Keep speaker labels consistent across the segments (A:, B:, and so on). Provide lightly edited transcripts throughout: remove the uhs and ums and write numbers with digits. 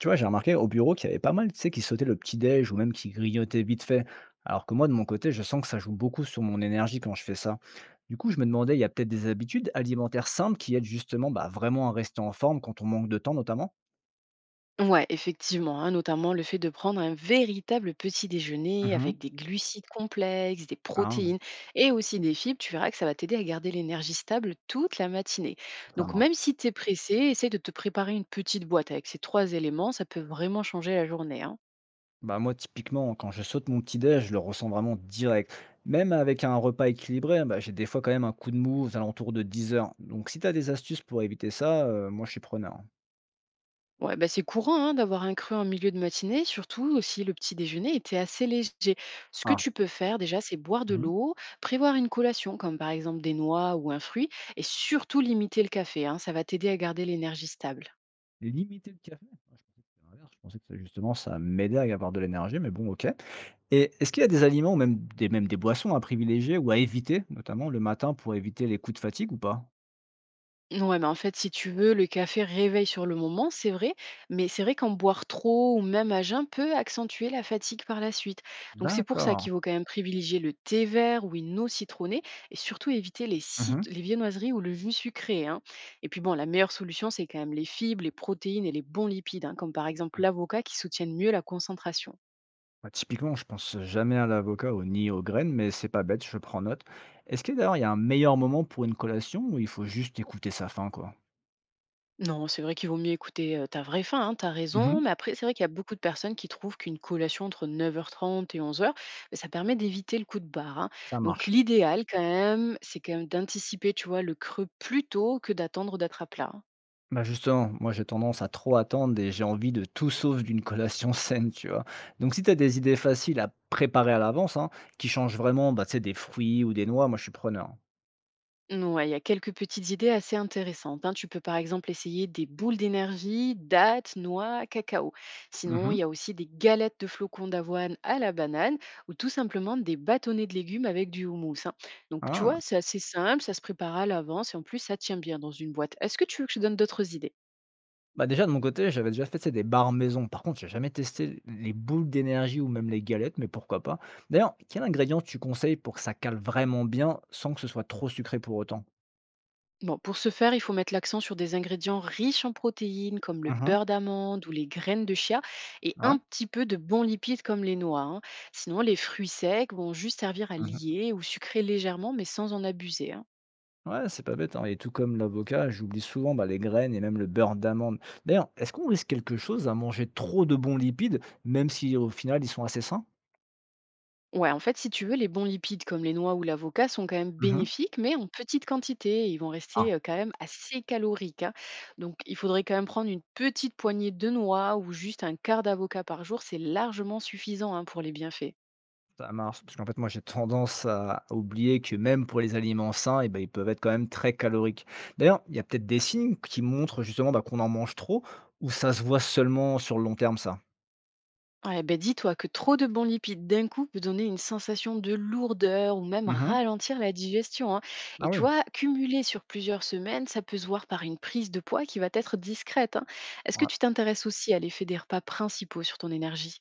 A: Tu vois, j'ai remarqué au bureau qu'il y avait pas mal, tu sais, qui sautaient le petit-déj ou même qui grignotaient vite fait. Alors que moi, de mon côté, je sens que ça joue beaucoup sur mon énergie quand je fais ça. Du coup, je me demandais, il y a peut-être des habitudes alimentaires simples qui aident justement bah, vraiment à rester en forme quand on manque de temps, notamment?
B: Ouais, effectivement, hein, notamment le fait de prendre un véritable petit déjeuner
A: Mhm.
B: avec des glucides complexes, des
A: Ah.
B: protéines et aussi des fibres, tu verras que ça va t'aider à garder l'énergie stable toute la matinée.
A: Ça
B: Donc même
A: marche.
B: si tu es pressé, essaye de te préparer une petite boîte avec ces trois éléments, ça peut vraiment changer la journée, hein.
A: Bah moi, typiquement, quand je saute mon petit-déj, je le ressens vraiment direct. Même avec un repas équilibré, hein, bah, j'ai des fois quand même un coup de mou aux alentours de 10 heures. Donc si tu as des astuces pour éviter ça, moi je suis preneur.
B: Ouais, bah, c'est courant hein, d'avoir un creux en milieu de matinée, surtout si le petit déjeuner était assez léger. Ce que
A: Ah.
B: tu peux faire déjà, c'est boire de l'eau, prévoir une collation, comme par exemple des noix ou un fruit, et surtout limiter le café, hein, ça va t'aider à garder l'énergie stable.
A: Limiter le café? Ah, je pensais que c'était l'inverse, je pensais que ça justement ça m'aidait à avoir de l'énergie, mais bon OK. Et est-ce qu'il y a des aliments ou même des boissons à privilégier ou à éviter, notamment le matin pour éviter les coups de fatigue ou pas?
B: Ouais, mais en fait, si tu veux, le café réveille sur le moment, c'est vrai, mais c'est vrai qu'en boire trop ou même à jeun peut accentuer la fatigue par la suite. Donc c'est pour ça
A: D'accord.
B: qu'il faut quand même privilégier le thé vert ou une eau citronnée et surtout éviter les,
A: Mmh.
B: les viennoiseries ou le jus sucré, hein. Et puis bon, la meilleure solution, c'est quand même les fibres, les protéines et les bons lipides, hein, comme par exemple
A: Ouais.
B: l'avocat qui soutiennent mieux la concentration.
A: Bah, typiquement, je pense jamais à l'avocat ou ni aux graines, mais c'est pas bête, je prends note. Est-ce que d'ailleurs il y a un meilleur moment pour une collation ou il faut juste écouter sa faim, quoi?
B: Non, c'est vrai qu'il vaut mieux écouter ta vraie faim, hein, t'as
A: Mmh.
B: raison. Mais après, c'est vrai qu'il y a beaucoup de personnes qui trouvent qu'une collation entre 9h30 et 11h, ben, ça permet d'éviter le coup de barre, hein.
A: Ça
B: Donc,
A: marche.
B: l'idéal, quand même, c'est quand même d'anticiper, tu vois, le creux plus tôt que d'attendre d'être à plat, hein.
A: Bah, justement, moi j'ai tendance à trop attendre et j'ai envie de tout sauf d'une collation saine, tu vois? Donc si tu as des idées faciles à préparer à l'avance, hein, qui changent vraiment, bah, tu sais, des fruits ou des noix, moi je suis preneur.
B: Ouais, il y a quelques petites idées assez intéressantes, hein. Tu peux par exemple essayer des boules d'énergie, dattes, noix, cacao. Sinon, il
A: Mhm.
B: y a aussi des galettes de flocons d'avoine à la banane ou tout simplement des bâtonnets de légumes avec du houmous, hein. Donc, tu
A: Ah.
B: vois, c'est assez simple, ça se prépare à l'avance et en plus, ça tient bien dans une boîte. Est-ce que tu veux que je donne d'autres idées?
A: Bah déjà de mon côté, j'avais déjà fait tu sais, des bars maison. Par contre, j'ai jamais testé les boules d'énergie ou même les galettes, mais pourquoi pas. D'ailleurs, quel ingrédient tu conseilles pour que ça cale vraiment bien sans que ce soit trop sucré pour autant?
B: Bon, pour ce faire, il faut mettre l'accent sur des ingrédients riches en protéines comme le
A: Mhm.
B: beurre d'amande ou les graines de chia et
A: Ouais.
B: un petit peu de bons lipides comme les noix, hein. Sinon, les fruits secs vont juste servir à lier ou sucrer légèrement mais sans en abuser, hein.
A: Ouais, c'est pas bête, hein, et tout comme l'avocat, j'oublie souvent bah, les graines et même le beurre d'amande. D'ailleurs, est-ce qu'on risque quelque chose à manger trop de bons lipides, même si au final ils sont assez sains?
B: Ouais, en fait, si tu veux, les bons lipides comme les noix ou l'avocat sont quand même
A: Mhm.
B: bénéfiques, mais en petite quantité. Ils vont
A: Ah,
B: rester quand même assez caloriques, hein. Donc, il faudrait quand même prendre une petite poignée de noix ou juste un quart d'avocat par jour. C'est largement suffisant hein, pour les bienfaits.
A: ça marche, parce qu'en fait, moi j'ai tendance à oublier que même pour les aliments sains, eh ben, ils peuvent être quand même très caloriques. D'ailleurs, il y a peut-être des signes qui montrent justement bah, qu'on en mange trop, ou ça se voit seulement sur le long terme, ça?
B: Ouais, ben dis-toi que trop de bons lipides d'un coup peut donner une sensation de lourdeur ou même
A: Mhm.
B: ralentir la digestion, hein.
A: Ah
B: Et tu
A: oui.
B: vois, cumulé sur plusieurs semaines, ça peut se voir par une prise de poids qui va être discrète, hein. Est-ce que
A: Ouais.
B: tu t'intéresses aussi à l'effet des repas principaux sur ton énergie?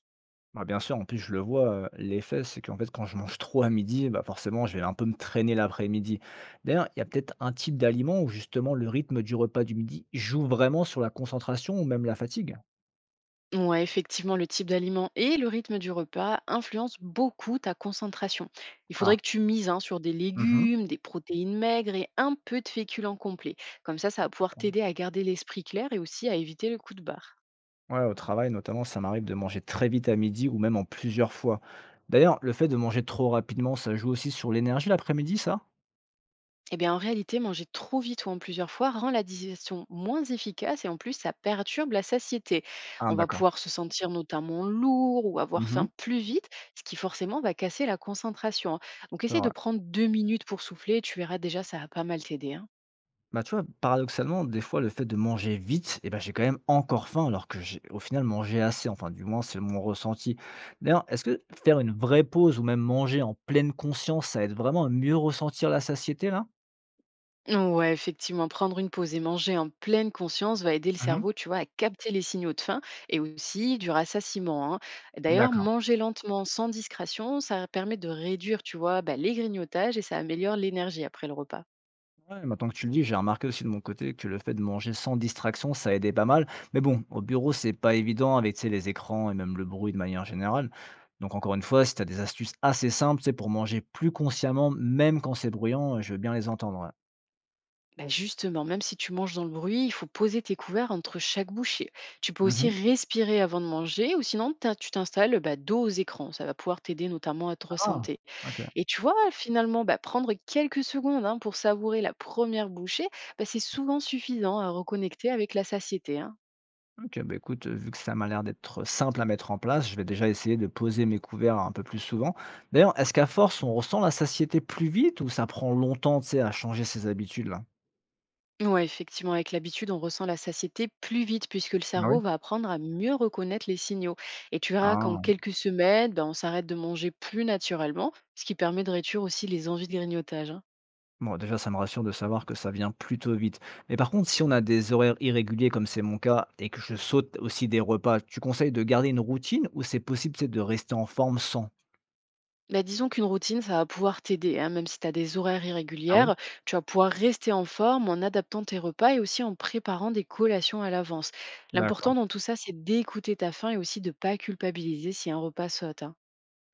A: Bah, bien sûr, en plus, je le vois, l'effet, c'est qu'en fait, quand je mange trop à midi, bah, forcément, je vais un peu me traîner l'après-midi. D'ailleurs, il y a peut-être un type d'aliment où justement le rythme du repas du midi joue vraiment sur la concentration ou même la fatigue?
B: Ouais, effectivement, le type d'aliment et le rythme du repas influencent beaucoup ta concentration. Il
A: Ah.
B: faudrait que tu mises hein, sur des
A: Mmh.
B: légumes, des protéines maigres et un peu de féculents complets. Comme ça va pouvoir t'aider à garder l'esprit clair et aussi à éviter le coup de barre.
A: Ouais, au travail notamment, ça m'arrive de manger très vite à midi ou même en plusieurs fois. D'ailleurs, le fait de manger trop rapidement, ça joue aussi sur l'énergie l'après-midi, ça?
B: Eh bien, en réalité, manger trop vite ou en plusieurs fois rend la digestion moins efficace et en plus, ça perturbe la satiété.
A: Ah
B: On va
A: d'accord.
B: pouvoir se sentir notamment lourd ou avoir
A: Mmh.
B: faim plus vite, ce qui forcément va casser la concentration, hein. Donc,
A: C'est
B: essaye de
A: vrai.
B: prendre 2 minutes pour souffler et tu verras déjà, ça va pas mal t'aider, hein.
A: Bah, tu vois, paradoxalement, des fois, le fait de manger vite, eh ben, j'ai quand même encore faim, alors que j'ai au final mangé assez. Enfin, du moins, c'est mon ressenti. D'ailleurs, est-ce que faire une vraie pause ou même manger en pleine conscience, ça aide vraiment à mieux ressentir la satiété, là?
B: Ouais, effectivement, prendre une pause et manger en pleine conscience va aider le
A: Mhm.
B: cerveau, tu vois, à capter les signaux de faim et aussi du rassasiement, hein. D'ailleurs,
A: D'accord.
B: manger lentement, sans discrétion, ça permet de réduire, tu vois, bah, les grignotages et ça améliore l'énergie après le repas.
A: Ouais, maintenant que tu le dis, j'ai remarqué aussi de mon côté que le fait de manger sans distraction, ça aidait pas mal. Mais bon, au bureau, c'est pas évident avec, tu sais, les écrans et même le bruit de manière générale. Donc encore une fois, si tu as des astuces assez simples, c'est pour manger plus consciemment, même quand c'est bruyant, je veux bien les entendre.
B: Bah, justement, même si tu manges dans le bruit, il faut poser tes couverts entre chaque bouchée. Tu peux aussi
A: Ouais.
B: respirer avant de manger ou sinon tu t'installes bah, dos aux écrans. Ça va pouvoir t'aider notamment à te
A: Ah!
B: ressenter.
A: OK.
B: Et tu vois, finalement, bah, prendre quelques secondes hein, pour savourer la première bouchée, bah, c'est souvent suffisant à reconnecter avec la satiété, hein.
A: OK, bah, écoute, vu que ça m'a l'air d'être simple à mettre en place, je vais déjà essayer de poser mes couverts un peu plus souvent. D'ailleurs, est-ce qu'à force, on ressent la satiété plus vite ou ça prend longtemps, tu sais, à changer ses habitudes-là?
B: Ouais, effectivement, avec l'habitude, on ressent la satiété plus vite puisque le
A: Ah oui?
B: cerveau va apprendre à mieux reconnaître les signaux. Et tu verras qu'en
A: Ah!
B: quelques semaines, bah, on s'arrête de manger plus naturellement, ce qui permet de réduire aussi les envies de grignotage, hein.
A: Bon, déjà, ça me rassure de savoir que ça vient plutôt vite. Mais par contre, si on a des horaires irréguliers comme c'est mon cas et que je saute aussi des repas, tu conseilles de garder une routine ou c'est possible, tu sais, de rester en forme sans?
B: Bah, disons qu'une routine, ça va pouvoir t'aider, hein, même si tu as des horaires
A: Ah oui?
B: irrégulières, tu vas pouvoir rester en forme en adaptant tes repas et aussi en préparant des collations à l'avance.
A: D'accord.
B: L'important dans tout ça, c'est d'écouter ta faim et aussi de ne pas culpabiliser si un repas saute, hein.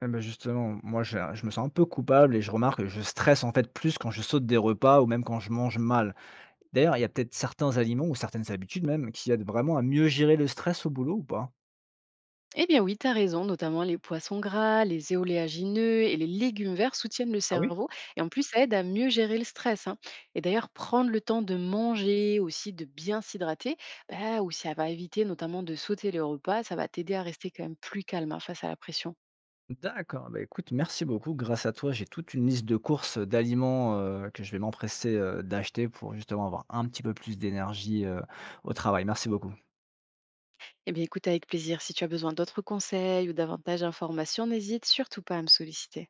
A: Eh ben, justement, moi, je me sens un peu coupable et je remarque que je stresse, en fait, plus quand je saute des repas ou même quand je mange mal. D'ailleurs, il y a peut-être certains aliments ou certaines habitudes même qui aident vraiment à mieux gérer le stress au boulot ou pas?
B: Eh bien oui, tu as raison, notamment les poissons gras, les éoléagineux et les légumes verts soutiennent le
A: Ah oui?
B: cerveau et en plus ça aide à mieux gérer le stress, hein. Et d'ailleurs, prendre le temps de manger, aussi de bien s'hydrater, bah, ou ça va éviter notamment de sauter les repas, ça va t'aider à rester quand même plus calme hein, face à la pression.
A: D'accord, bah, écoute, merci beaucoup. Grâce à toi, j'ai toute une liste de courses d'aliments, que je vais m'empresser, d'acheter pour justement avoir un petit peu plus d'énergie, au travail. Merci beaucoup.
B: Eh bien écoute avec plaisir, si tu as besoin d'autres conseils ou davantage d'informations, n'hésite surtout pas à me solliciter.